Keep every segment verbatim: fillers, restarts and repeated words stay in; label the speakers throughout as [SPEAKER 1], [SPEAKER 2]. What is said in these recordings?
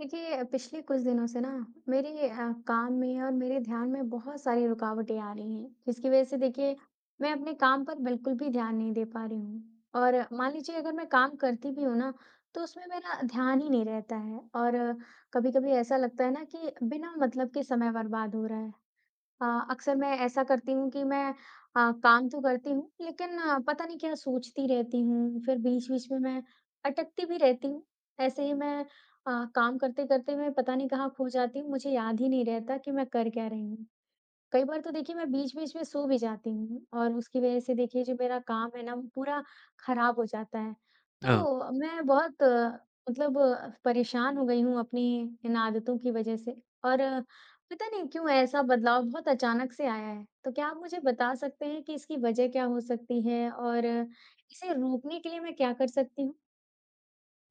[SPEAKER 1] देखिए, पिछले कुछ दिनों से ना मेरे अ, काम में और मेरे ध्यान में बहुत सारी रुकावटें आ रही हैं, जिसकी वजह से देखिए मैं अपने काम पर बिल्कुल भी ध्यान नहीं दे पा रही हूँ। और मान लीजिए अगर मैं काम करती भी हूँ ना, तो उसमें मेरा ध्यान ही नहीं रहता है और कभी-कभी ऐसा लगता है ना कि बिना मतलब के समय बर्बाद हो रहा है। अ, अक्सर मैं ऐसा करती हूँ कि मैं अ, काम तो करती हूँ लेकिन अ, पता नहीं क्या सोचती रहती हूँ, फिर बीच-बीच में मैं अटकती भी रहती हूँ। ऐसे ही मैं अ, काम करते-करते मैं पता नहीं कहाँ खो जाती हूँ, मुझे याद ही नहीं रहता कि मैं कर क्या रही हूँ। कई बार तो देखिए मैं बीच-बीच में सो भी जाती हूँ और उसकी वज़ह से देखिए जो मेरा काम है ना वो पूरा ख़राब हो जाता है।
[SPEAKER 2] ओह!
[SPEAKER 1] तो मैं बहुत अ, मतलब अ, परेशान हो गई हूँ अपनी इन आदतों की वज़ह से और अ, पता नहीं क्यों ऐसा बदलाव बहुत अचानक से आया है। तो क्या आप मुझे बता सकते हैं कि इसकी वज़ह क्या हो सकती है और अ, इसे रोकने के लिए मैं क्या कर सकती हूँ?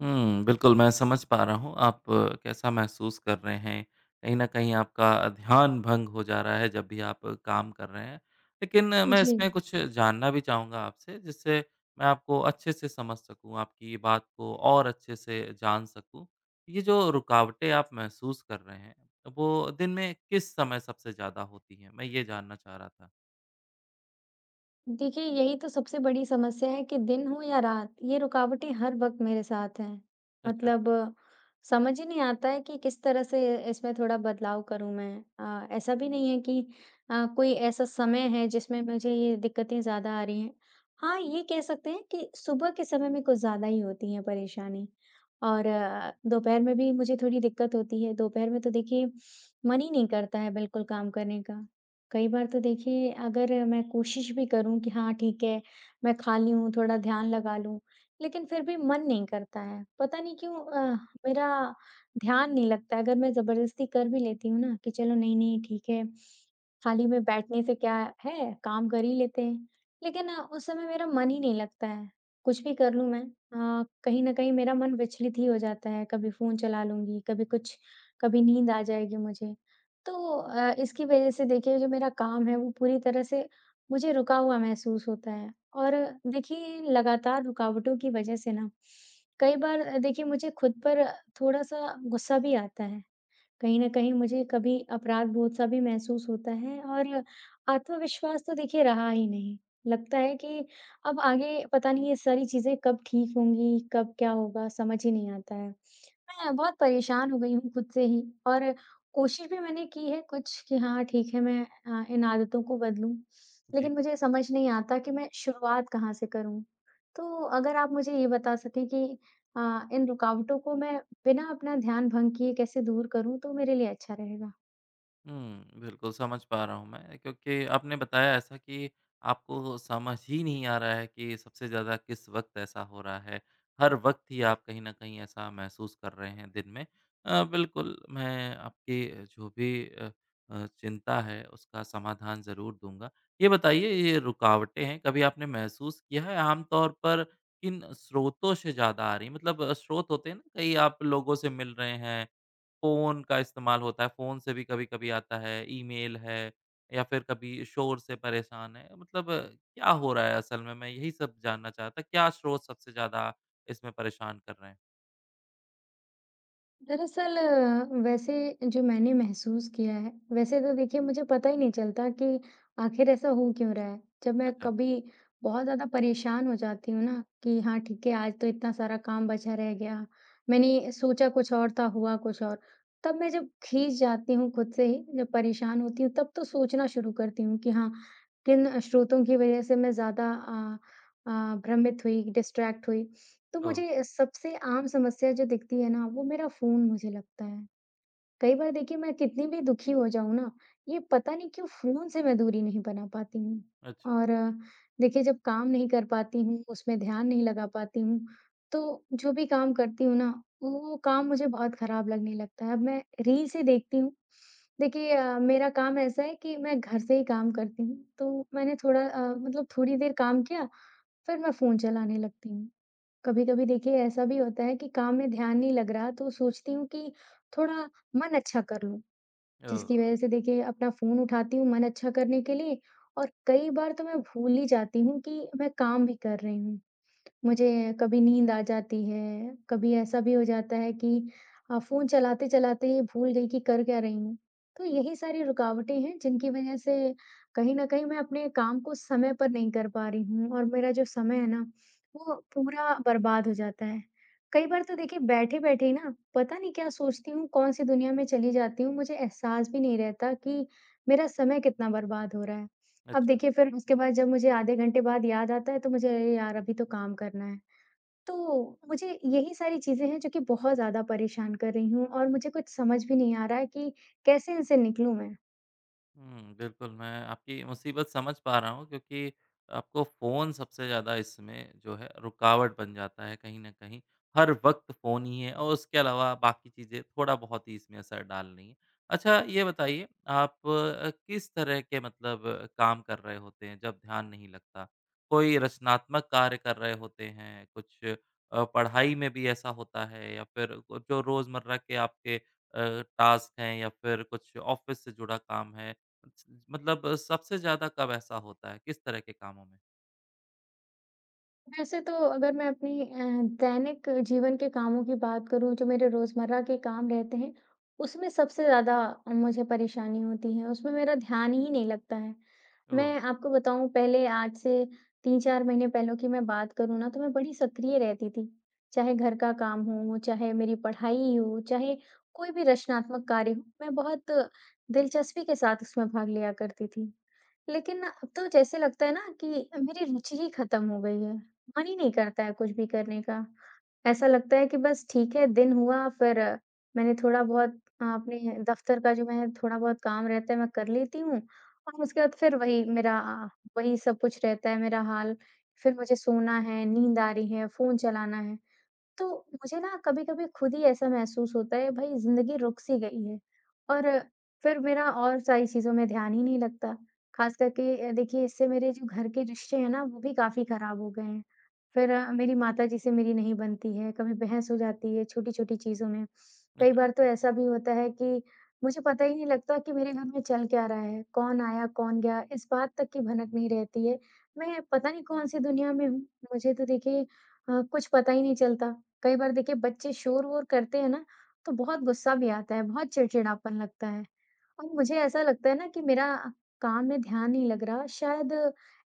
[SPEAKER 2] हुँ, बिल्कुल मैं समझ पा रहा हूँ आप अ, कैसा महसूस कर रहे हैं। कहीं न कहीं आपका ध्यान भंग हो जा रहा है जब भी आप काम कर रहे हैं। लेकिन अ, मैं
[SPEAKER 1] जी।
[SPEAKER 2] इसमें कुछ जानना भी चाहूँगा आपसे जिससे मैं आपको अच्छे से समझ सकूँ, आपकी बात को और अच्छे से जान सकूँ। ये जो रुकावटें आप महसूस कर रहे हैं, वो दिन में किस समय सबसे ज़्यादा होती हैं? मैं ये जानना चाह रहा था।
[SPEAKER 1] देखिए, यही तो सबसे बड़ी समस्या है कि दिन हो या रात, ये रुकावटें हर वक़्त मेरे साथ हैं।
[SPEAKER 2] अच्छा।
[SPEAKER 1] मतलब समझ ही नहीं आता है कि किस तरह से इसमें थोड़ा बदलाव करूँ मैं। अ, ऐसा भी नहीं है कि अ, कोई ऐसा समय है जिसमें मुझे ये दिक्कतें ज़्यादा आ रही हैं। हाँ, ये कह सकते हैं कि सुबह के समय में कुछ ज़्यादा ही होती है परेशानी और आ, दोपहर में भी मुझे थोड़ी दिक्कत होती है। दोपहर में तो देखिए मन ही नहीं करता है बिल्कुल काम करने का। कई बार तो देखिए अगर मैं कोशिश भी करूं कि हाँ ठीक है मैं खाली हूँ थोड़ा ध्यान लगा लूं, लेकिन फिर भी मन नहीं करता है पता नहीं क्यों अ, मेरा ध्यान नहीं लगता है। अगर मैं जबरदस्ती कर भी लेती हूँ ना कि चलो नहीं नहीं ठीक है, खाली में बैठने से क्या है काम कर ही लेते हैं, लेकिन अ, उस समय मेरा मन ही नहीं लगता है, कुछ भी कर लूं मैं, अ, कहीं ना कहीं मेरा मन विचलित ही हो जाता है, कभी फोन चला लूंगी कभी कुछ, कभी नींद आ जाएगी मुझे। तो अ, इसकी वजह से देखिए जो मेरा काम है वो पूरी तरह से मुझे रुका हुआ महसूस होता है। और देखिए लगातार रुकावटों की वजह से ना कई बार अ, देखिए मुझे खुद पर थोड़ा सा गुस्सा भी आता है, कहीं ना कहीं मुझे कभी अपराध बोध सा भी महसूस होता है और आत्मविश्वास तो देखिए रहा ही नहीं। लगता है कि अब आगे पता नहीं ये सारी चीजें कब ठीक होंगी कब क्या होगा समझ ही नहीं आता है। मैं बहुत परेशान हो गई हूँ खुद से ही, और कोशिश भी मैंने की है कुछ कि हाँ ठीक है मैं अ, इन आदतों को बदलूं,
[SPEAKER 2] जी।
[SPEAKER 1] लेकिन मुझे समझ नहीं आता कि मैं शुरुआत कहाँ से करूं। तो अगर आप मुझे ये बता सकें कि अ, इन रुकावटों को मैं बिना अपना ध्यान भंग किए कैसे दूर करूं तो मेरे लिए अच्छा रहेगा।
[SPEAKER 2] हुँ, बिल्कुल समझ पा रहा हूँ मैं क्योंकि आपने बताया ऐसा कि आपको समझ ही नहीं आ रहा है कि सबसे ज़्यादा किस वक़्त ऐसा हो रहा है। हर वक़्त ही आप कहीं न कहीं ऐसा महसूस कर रहे हैं दिन में। अ, बिल्कुल मैं आपकी जो भी अ अ, चिंता है उसका समाधान ज़रूर दूँगा। ये बताइए ये रुकावटें हैं कभी आपने महसूस किया है आम तौर पर किन स्रोतों से ज़्यादा आ रही हैं? मतलब अ, स्रोत होते हैं ना कई आप लोगों से मिल रहे हैं, फ़ोन का इस्तेमाल होता है, फ़ोन से भी कभी-कभी आता है, ईमेल है या फिर कभी शोर से परेशान है। मतलब क्या हो रहा है असल में? मैं यही सब जानना चाह रहा था। क्या स्रोत सबसे ज़्यादा इसमें परेशान कर रहे हैं?
[SPEAKER 1] दरअसल अ, वैसे जो मैंने महसूस किया है, वैसे तो देखिए मुझे पता ही नहीं चलता कि आखिर ऐसा हो क्यों रहा है। जब मैं
[SPEAKER 2] अच्छा।
[SPEAKER 1] कभी बहुत ज़्यादा परेशान हो जाती हूँ ना कि हाँ ठीक है आज तो इतना सारा काम बचा रह गया, मैंने सोचा कुछ और था हुआ कुछ और, तब मैं जब खींच जाती हूँ खुद से ही, जब परेशान होती हूँ तब तो सोचना शुरू करती हूँ कि हाँ किन स्रोतों की वजह से मैं ज़्यादा अ, अ, भ्रमित हुई, डिस्ट्रैक्ट हुई। तो
[SPEAKER 2] ओह!
[SPEAKER 1] मुझे सबसे आम समस्या जो दिखती है ना, वो मेरा फ़ोन मुझे लगता है। कई बार देखिए मैं कितनी भी दुखी हो जाऊँ ना, ये पता नहीं क्यों फ़ोन से मैं दूरी नहीं बना पाती हूँ।
[SPEAKER 2] अच्छा।
[SPEAKER 1] और अ, देखिए जब काम नहीं कर पाती हूँ, उसमें ध्यान नहीं लगा पाती हूँ, तो जो भी काम करती हूँ ना, वो काम मुझे बहुत ख़राब लगने लगता है। अब मैं रील्स ही देखती हूँ। देखिए अ, मेरा काम ऐसा है कि मैं घर से ही काम करती हूँ, तो मैंने थोड़ा अ, मतलब थोड़ी देर काम किया, फिर मैं फ़ोन चलाने लगती हूँ। कभी-कभी देखिए ऐसा भी होता है कि काम में ध्यान नहीं लग रहा तो सोचती हूँ कि थोड़ा मन अच्छा कर लूँ, जिसकी
[SPEAKER 2] ओह!
[SPEAKER 1] वजह से देखिए अपना फ़ोन उठाती हूँ मन अच्छा करने के लिए। और कई बार तो मैं भूल ही जाती हूँ कि मैं काम भी कर रही हूँ। मुझे कभी नींद आ जाती है, कभी ऐसा भी हो जाता है कि अ, फ़ोन चलाते-चलाते ही भूल गई कि कर क्या रही हूँ। तो यही सारी रुकावटें हैं जिनकी वज़ह से कहीं न कहीं मैं अपने काम को समय पर नहीं कर पा रही हूँ, और मेरा जो समय है ना, वो पूरा बर्बाद हो जाता है। कई बार तो देखिए बैठे-बैठे ही ना पता नहीं क्या सोचती हूँ, कौन-सी दुनिया में चली जाती हूँ, मुझे एहसास भी नहीं रहता कि मेरा समय कितना बर्बाद हो रहा है। अब
[SPEAKER 2] अच्छा।
[SPEAKER 1] देखिए फिर उसके बाद जब मुझे आधे घंटे बाद याद आता है तो मुझे अरे यार अभी तो काम करना है। तो मुझे यही सारी चीज़ें हैं जो कि बहुत ज़्यादा परेशान कर रही हूँ और मुझे कुछ समझ भी नहीं आ रहा है कि कैसे इनसे निकलूँ मैं?
[SPEAKER 2] हुँ, बिल्कुल, मैं आपकी मुसीबत समझ पा रहा हूँ क्योंकि आपको फ़ोन सबसे ज़्यादा इसमें जो है रुकावट बन जाता है कहीं न कहीं। हर वक़्त फ़ोन ही है और उसके अलावा बाकी चीज़ें थोड़ा बहुत ही इसमें असर डाल रही हैं। अच्छा ये बताइए आप अ, किस तरह के मतलब अ, काम कर रहे होते हैं जब ध्यान नहीं लगता? कोई रचनात्मक कार्य कर रहे होते हैं? कुछ अ, पढ़ाई में भी ऐसा होता है या फिर जो रोज़मर्रा के आपके अ, टास्क हैं या फिर कुछ ऑफ़िस से जुड़ा काम है? मतलब सबसे ज़्यादा कब ऐसा होता है? किस तरह के कामों में?
[SPEAKER 1] वैसे तो अगर मैं अपनी अ, दैनिक जीवन के कामों की बात करूँ, जो मेरे रोज़मर्रा के काम रहते हैं, उसमें सबसे ज़्यादा मुझे परेशानी होती है, उसमें मेरा ध्यान ही नहीं लगता है।
[SPEAKER 2] ओह!
[SPEAKER 1] मैं आपको बताऊँ, पहले आज से तीन चार महीने पहले की मैं बात करूँ ना, तो मैं बड़ी सक्रिय रहती थी। चाहे घर का काम हो, चाहे मेरी पढ़ाई हो, चाहे कोई भी रचनात्मक कार्य हो, मैं बहुत दिलचस्पी के साथ उसमें भाग लिया करती थी। लेकिन ना अब तो जैसे लगता है ना कि मेरी रुचि ही खत्म हो गई है। मन ही नहीं करता है कुछ भी करने का। ऐसा लगता है कि बस ठीक है दिन हुआ फिर अ, मैंने थोड़ा बहुत अ, अपने दफ्तर का जो मैं थोड़ा बहुत काम रहता है मैं कर लेती हूँ, और उसके बाद फिर वही मेरा अ, वही सब कुछ रहता है मेरा हाल। फिर मुझे सोना है, नींद आ रही है, फ़ोन चलाना है। तो मुझे ना कभी-कभी खुद ही ऐसा महसूस होता है भाई ज़िंदगी रुक सी गई है, और फिर मेरा और सारी चीज़ों में ध्यान ही नहीं लगता। ख़ास करके अ, देखिए इससे मेरे जो घर के रिश्ते हैं ना वो भी काफ़ी ख़राब हो गए हैं। फिर अ, मेरी माताजी से मेरी नहीं बनती है, कभी बहस हो जाती है छोटी-छोटी चीज़ों में। कई
[SPEAKER 2] अच्छा।
[SPEAKER 1] बार तो ऐसा भी होता है कि मुझे पता ही नहीं लगता कि मेरे घर में चल क्या रहा है? कौन आया, कौन गया? इस बात तक की भनक नहीं रहती है। मैं पता नहीं कौन-सी दुनिया में हूँ। मुझे तो देखिए अ, कुछ पता ही नहीं चलता। कई बार देखिए बच्चे शोर-वोर करते हैं ना, तो बहुत गुस्सा भी आता है, बहुत चिड़चिड़ापन लगता है। और मुझे ऐसा लगता है ना कि मेरा काम में ध्यान नहीं लग रहा। शायद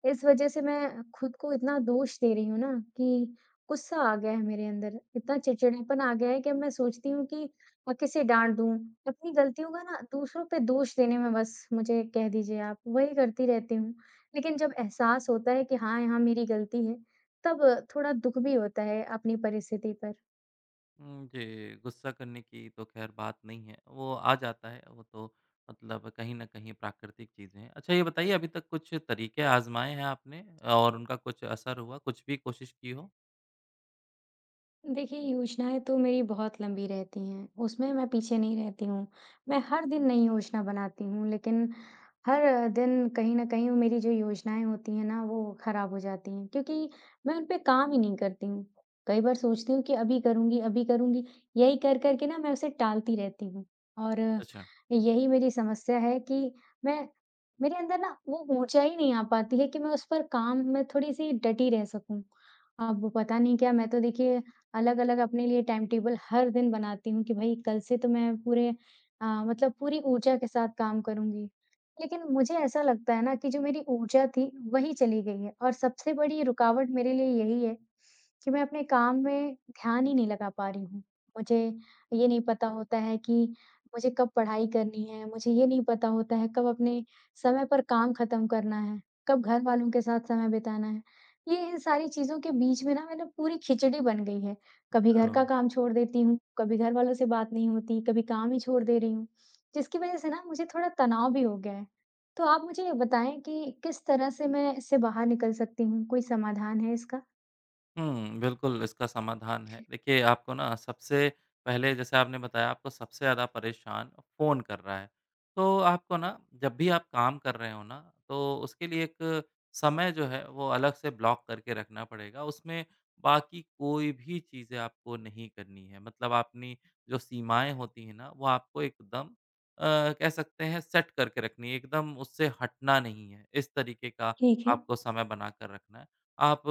[SPEAKER 1] इस वज़ह से मैं खुद को इतना दोष दे रही हूँ ना कि गुस्सा आ गया है मेरे अंदर। इतना चिड़चिड़ापन आ गया है कि अब मैं सोचती हूँ कि अ, किसे डाँट दूँ। अपनी गलतियों का ना दूसरों पे दोष देने में बस मुझे कह दीजिए आप, वही करती रहती हूँ। लेकिन जब एहसास होता है कि हाँ, यहाँ मेरी गलती है, तब थोड़ा दुःख भी होता है अपनी परिस्थिति पर।
[SPEAKER 2] उम, जी, गुस्सा करने की तो ख़ैर बात नहीं है, वो आ जाता है, वो तो मतलब कहीं न कहीं प्राकृतिक चीज़ें हैं। अच्छा ये बताइए अभी तक कुछ तरीके आज़माए हैं आपने और उनका कुछ असर हुआ? कुछ भी कोशिश की हो?
[SPEAKER 1] देखिए योजनाएँ तो मेरी बहुत लंबी रहती हैं, उसमें मैं पीछे नहीं रहती हूँ। मैं हर दिन नई योजना बनाती हूँ, लेकिन हर दिन कहीं न कहीं वो मेरी जो योजनाएँ होती हैं ना, वो खराब हो जाती हैं, क्योंकि मैं उन पे काम ही नहीं करती हूँ। कई बार सोचती हूँ कि अभी करूँगी, अभी करूँगी, यही कर, कर के ना मैं उसे टालती रहती हूँ। और
[SPEAKER 2] अच्छा।
[SPEAKER 1] यही मेरी समस्या है कि मैं, मेरे अंदर ना वो ऊर्जा ही नहीं आ पाती है कि मैं उस पर काम में थोड़ी-सी डटी रह सकूँ। अब वो पता नहीं क्या, मैं तो देखिए अलग-अलग अपने लिए टाइम टेबल हर दिन बनाती हूँ कि भई कल से तो मैं पूरे अ, मतलब पूरी ऊर्जा के साथ काम करूँगी। लेकिन मुझे ऐसा लगता है ना कि जो मेरी ऊर्जा थी वही चली गई है और सबसे बड़ी रुकावट मेरे लिए यही है कि मैं अपने काम में ध्यान ही नहीं लगा पा रही हूँ। मुझे ये नहीं पता होता है कि मुझे कब पढ़ाई करनी है, मुझे ये नहीं पता होता है कब अपने समय पर काम ख़त्म करना है, कब घरवालों के साथ समय बिताना है। ये इन सारी चीज़ों के बीच में ना मतलब पूरी खिचड़ी बन गई है, कभी घर
[SPEAKER 2] ओह!
[SPEAKER 1] का काम छोड़ देती हूँ, कभी घर वालों से बात नहीं होती, कभी काम ही छोड़ दे रही हूँ, जिसकी वज़ह से ना मुझे थोड़ा तनाव भी हो गया है। तो आप मुझे ये बताएँ कि किस तरह से मैं इससे बाहर निकल सकती हूँ? कोई समाधान है इसका?
[SPEAKER 2] हुँ, बिल्कुल इसका समाधान है। देखिए, आपको ना सबसे पहले जैसे आपने बताया आपको सबसे ज़्यादा परेशान फ़ोन कर रहा है। तो आपको ना जब भी आप काम कर रहे हो ना, तो उसके लिए एक समय जो है वो अलग से ब्लॉक करके रखना पड़ेगा। उसमें बाकी कोई भी चीज़ें आपको नहीं करनी है। मतलब अपनी जो सीमाएँ होती हैं ना, वो आपको एकदम अ, कह सकते हैं सेट करके रखनी है, एकदम उससे हटना नहीं है। इस तरीके का
[SPEAKER 1] ठीक है।
[SPEAKER 2] आपको समय बना कर रखना है। आप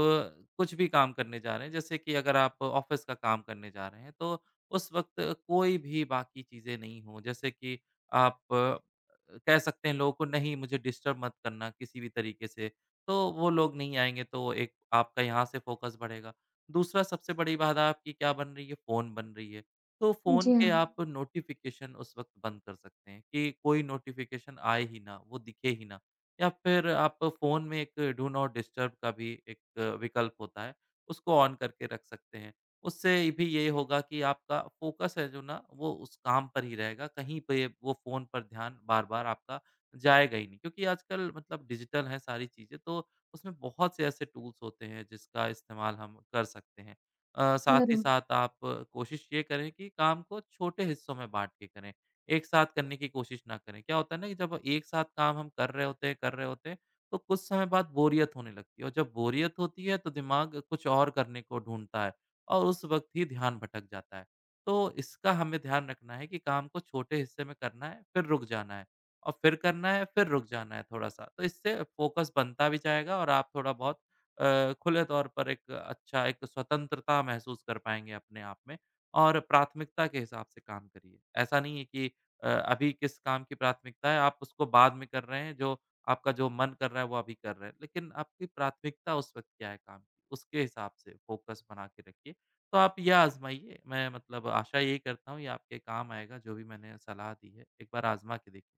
[SPEAKER 2] कुछ भी काम करने जा रहे हैं, जैसे कि अगर आप ऑफ़िस का काम करने जा रहे हैं, तो उस वक़्त कोई भी बाकी चीज़ें नहीं हों। जैसे कि आप कह सकते हैं लोगों को, "नहीं, मुझे डिस्टर्ब मत करना किसी भी तरीके से।" तो वो लोग नहीं आएँगे, तो एक आपका यहाँ से फ़ोकस बढ़ेगा। दूसरा सबसे बड़ी बाधा आपकी क्या बन रही है? फ़ोन बन रही है। तो फ़ोन
[SPEAKER 1] जी
[SPEAKER 2] के
[SPEAKER 1] हाँ,
[SPEAKER 2] आप नोटिफ़िकेशन उस वक़्त बंद कर सकते हैं कि कोई नोटिफ़िकेशन आए ही ना, वो दिखे ही ना। या फिर आप फ़ोन में एक डू नॉट डिस्टर्ब का भी एक विकल्प होता है, उसको ऑन करके रख सकते हैं। उससे भी ये होगा कि आपका फ़ोकस है जो ना, वो उस काम पर ही रहेगा, कहीं पे वो फ़ोन पर ध्यान बार-बार आपका जाएगा ही नहीं। क्योंकि आजकल मतलब डिजिटल हैं सारी चीज़ें, तो उसमें बहुत से ऐसे टूल्स होते हैं जिसका इस्तेमाल हम कर सकते हैं। अ, साथ ही
[SPEAKER 1] ज़रूर।
[SPEAKER 2] साथ आप कोशिश ये करें कि काम को छोटे हिस्सों में बाँट के करें। एक साथ करने की कोशिश ना करें। क्या होता है ना कि जब एक साथ काम हम कर रहे होते हैं, कर रहे होते हैं, तो कुछ समय बाद बोरियत होने लगती है और जब बोरियत होती है तो दिमाग कुछ और करने को ढूँढता है और उस वक़्त ही ध्यान भटक जाता है। तो इसका हमें ध्यान रखना है कि काम को छोटे हिस्से में करना है, फिर रुक जाना है और फिर करना है, फिर रुक जाना है थोड़ा-सा। तो इससे फ़ोकस बनता भी जाएगा और आप थोड़ा बहुत अ, खुले तौर पर एक अच्छा एक स्वतंत्रता महसूस कर पाएँगे अपने आप में और प्राथमिकता के हिसाब से काम करिए। ऐसा नहीं है कि अ, अभी किस काम की प्राथमिकता है, आप उसको बाद में कर रहे हैं, जो आपका जो मन कर रहा है, वो अभी कर रहे हैं। लेकिन आपकी प्राथमिकता उस वक़्त क्या है काम की, उसके हिसाब से फ़ोकस बना के रखिए। तो आप यह आज़माइए, मैं मतलब आशा यही करता हूँ, ये आपके काम आएगा, जो भी मैंने सलाह दी है, एक बार आज़मा के देखिए।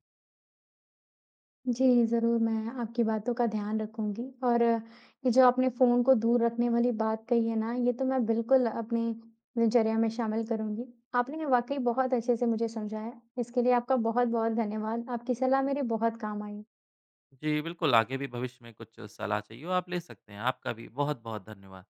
[SPEAKER 1] जी, ज़रूर मैं आपकी बातों का ध्यान रखूँगी, और अ, ये जो आपने फ़ोन को दूर रखने वाली बात कही है ना, ये तो मैं बिल्कुल अपनी दिनचर्या में शामिल करूँगी। आपने वाक़ई बहुत अच्छे से मुझे समझाया, इसके लिए आपका बहुत-बहुत धन्यवाद। आपकी सलाह मेरे बहुत काम आई।
[SPEAKER 2] जी, बिल्कुल, आगे भी भविष्य में कुछ सलाह चाहिए हो, आप ले सकते हैं। आपका भी बहुत-बहुत धन्यवाद।